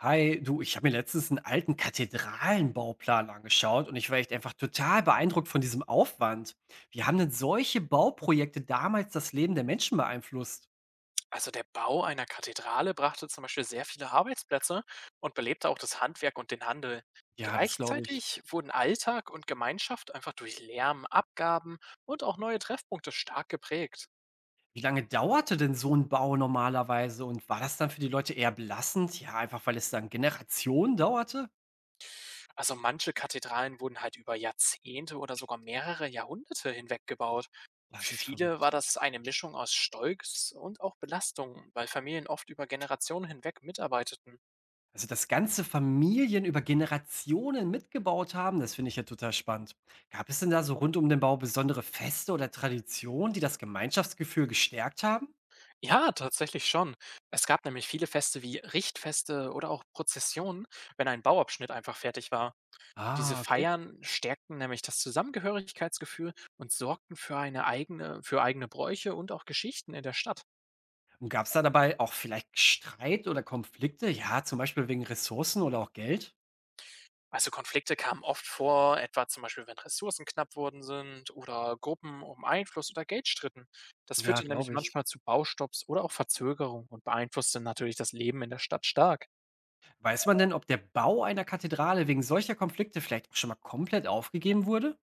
Hi, du, ich habe mir letztens einen alten Kathedralenbauplan angeschaut und ich war echt einfach total beeindruckt von diesem Aufwand. Wie haben denn solche Bauprojekte damals das Leben der Menschen beeinflusst? Also der Bau einer Kathedrale brachte zum Beispiel sehr viele Arbeitsplätze und belebte auch das Handwerk und den Handel. Ja, das glaube ich. Gleichzeitig wurden Alltag und Gemeinschaft einfach durch Lärm, Abgaben und auch neue Treffpunkte stark geprägt. Wie lange dauerte denn so ein Bau normalerweise und war das dann für die Leute eher belastend? Ja, einfach weil es dann Generationen dauerte? Also manche Kathedralen wurden halt über Jahrzehnte oder sogar mehrere Jahrhunderte hinweg gebaut. Das Für ist viele war verrückt. das eine Mischung aus Stolz und auch Belastung, weil Familien oft über Generationen hinweg mitarbeiteten. Also, dass ganze Familien über Generationen mitgebaut haben, das finde ich ja total spannend. Gab es denn da so rund um den Bau besondere Feste oder Traditionen, die das Gemeinschaftsgefühl gestärkt haben? Ja, tatsächlich schon. Es gab nämlich viele Feste wie Richtfeste oder auch Prozessionen, wenn ein Bauabschnitt einfach fertig war. Diese Ah, okay. Feiern stärkten nämlich das Zusammengehörigkeitsgefühl und sorgten für eine eigene, für eigene Bräuche und auch Geschichten in der Stadt. Und gab es da dabei auch vielleicht Streit oder Konflikte? Ja, zum Beispiel wegen Ressourcen oder auch Geld? Also Konflikte kamen oft vor, etwa zum Beispiel, wenn Ressourcen knapp worden sind oder Gruppen um Einfluss oder Geld stritten. Das Ja, führte nämlich glaube ich. manchmal zu Baustopps oder auch Verzögerungen und beeinflusste natürlich das Leben in der Stadt stark. Weiß man denn, ob der Bau einer Kathedrale wegen solcher Konflikte vielleicht auch schon mal komplett aufgegeben wurde?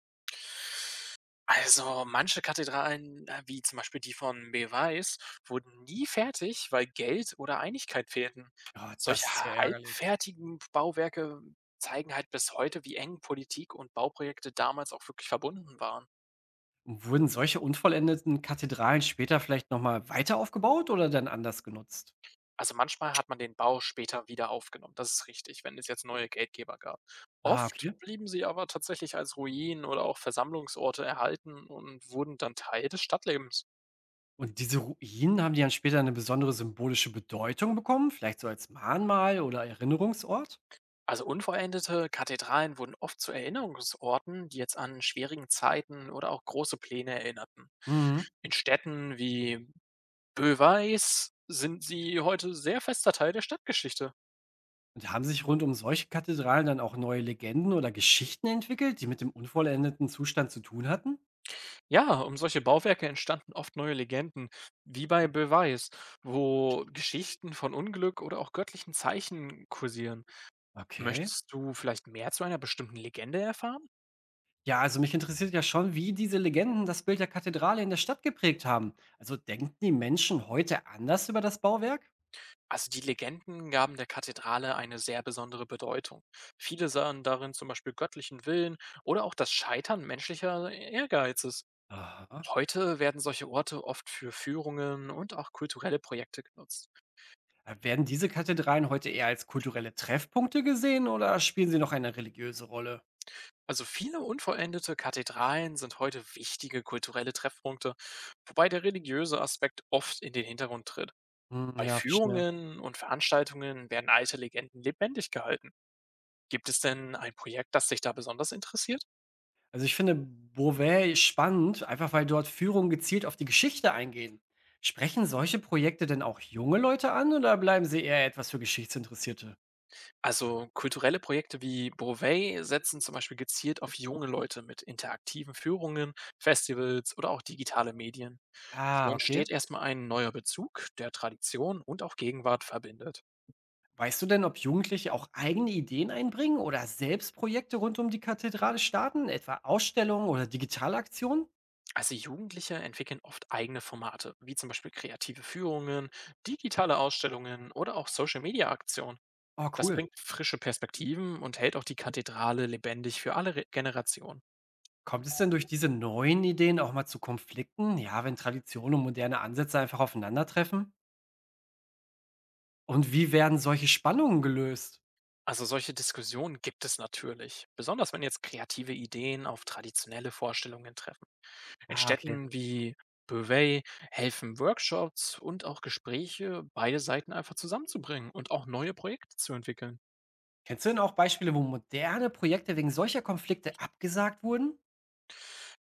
Also, manche Kathedralen, wie zum Beispiel die von Beauvais, wurden nie fertig, weil Geld oder Einigkeit fehlten. Ja, Solche das ist ja ärgerlich. halbfertigen Bauwerke zeigen halt bis heute, wie eng Politik und Bauprojekte damals auch wirklich verbunden waren. Wurden solche unvollendeten Kathedralen später vielleicht noch mal weiter aufgebaut oder dann anders genutzt? Also manchmal hat man den Bau später wieder aufgenommen, das ist richtig, wenn es jetzt neue Geldgeber gab. Ah, Oft okay. blieben sie aber tatsächlich als Ruinen oder auch Versammlungsorte erhalten und wurden dann Teil des Stadtlebens. Und diese Ruinen, haben die dann später eine besondere symbolische Bedeutung bekommen, vielleicht so als Mahnmal oder Erinnerungsort? Also unvollendete Kathedralen wurden oft zu Erinnerungsorten, die jetzt an schwierigen Zeiten oder auch große Pläne erinnerten. Mhm. In Städten wie Beauvais sind sie heute sehr fester Teil der Stadtgeschichte. Und haben sich rund um solche Kathedralen dann auch neue Legenden oder Geschichten entwickelt, die mit dem unvollendeten Zustand zu tun hatten? Ja, um solche Bauwerke entstanden oft neue Legenden, wie bei Beauvais, wo Geschichten von Unglück oder auch göttlichen Zeichen kursieren. Okay. Möchtest du vielleicht mehr zu einer bestimmten Legende erfahren? Ja, also mich interessiert ja schon, wie diese Legenden das Bild der Kathedrale in der Stadt geprägt haben. Also denken die Menschen heute anders über das Bauwerk? Also die Legenden gaben der Kathedrale eine sehr besondere Bedeutung. Viele sahen darin zum Beispiel göttlichen Willen oder auch das Scheitern menschlicher Ehrgeizes. Aha. Heute werden solche Orte oft für Führungen und auch kulturelle Projekte genutzt. Werden diese Kathedralen heute eher als kulturelle Treffpunkte gesehen oder spielen sie noch eine religiöse Rolle? Also viele unvollendete Kathedralen sind heute wichtige kulturelle Treffpunkte, wobei der religiöse Aspekt oft in den Hintergrund tritt. Hm, Bei ja, verstehe. Führungen und Veranstaltungen werden alte Legenden lebendig gehalten. Gibt es denn ein Projekt, das dich da besonders interessiert? Also ich finde Beauvais spannend, einfach weil dort Führungen gezielt auf die Geschichte eingehen. Sprechen solche Projekte denn auch junge Leute an oder bleiben sie eher etwas für Geschichtsinteressierte? Also kulturelle Projekte wie Brovey setzen zum Beispiel gezielt auf junge Leute mit interaktiven Führungen, Festivals oder auch digitale Medien. So Ah, okay. entsteht erstmal ein neuer Bezug, der Tradition und auch Gegenwart verbindet. Weißt du denn, ob Jugendliche auch eigene Ideen einbringen oder selbst Projekte rund um die Kathedrale starten, etwa Ausstellungen oder digitale Aktionen? Also Jugendliche entwickeln oft eigene Formate, wie zum Beispiel kreative Führungen, digitale Ausstellungen oder auch Social-Media-Aktionen. Oh, Das cool. bringt frische Perspektiven und hält auch die Kathedrale lebendig für alle Generationen. Kommt es denn durch diese neuen Ideen auch mal zu Konflikten? Ja, wenn Tradition und moderne Ansätze einfach aufeinandertreffen? Und wie werden solche Spannungen gelöst? Also solche Diskussionen gibt es natürlich, besonders wenn jetzt kreative Ideen auf traditionelle Vorstellungen treffen. In Ah, okay. Städten wie Beauvais helfen Workshops und auch Gespräche, beide Seiten einfach zusammenzubringen und auch neue Projekte zu entwickeln. Kennst du denn auch Beispiele, wo moderne Projekte wegen solcher Konflikte abgesagt wurden?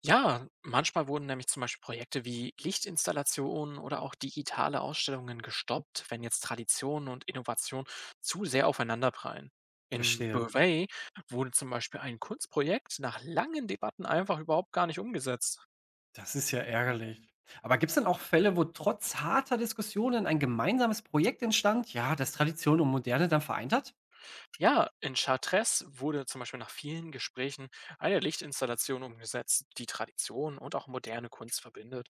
Ja, manchmal wurden nämlich zum Beispiel Projekte wie Lichtinstallationen oder auch digitale Ausstellungen gestoppt, wenn jetzt Tradition und Innovation zu sehr aufeinanderprallen. In Verstehe. Beauvais wurde zum Beispiel ein Kunstprojekt nach langen Debatten einfach überhaupt gar nicht umgesetzt. Das ist ja ärgerlich. Aber gibt es denn auch Fälle, wo trotz harter Diskussionen ein gemeinsames Projekt entstand, ja, das Tradition und Moderne dann vereint hat? Ja, in Chartres wurde zum Beispiel nach vielen Gesprächen eine Lichtinstallation umgesetzt, die Tradition und auch moderne Kunst verbindet.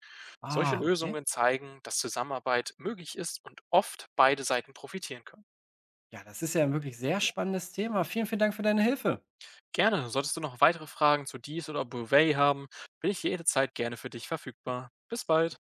Solche Ah, okay. Lösungen zeigen, dass Zusammenarbeit möglich ist und oft beide Seiten profitieren können. Ja, das ist ja ein wirklich sehr spannendes Thema. Vielen, vielen Dank für deine Hilfe. Gerne. Solltest du noch weitere Fragen zu dies oder Bouvet haben, bin ich jederzeit gerne für dich verfügbar. Bis bald.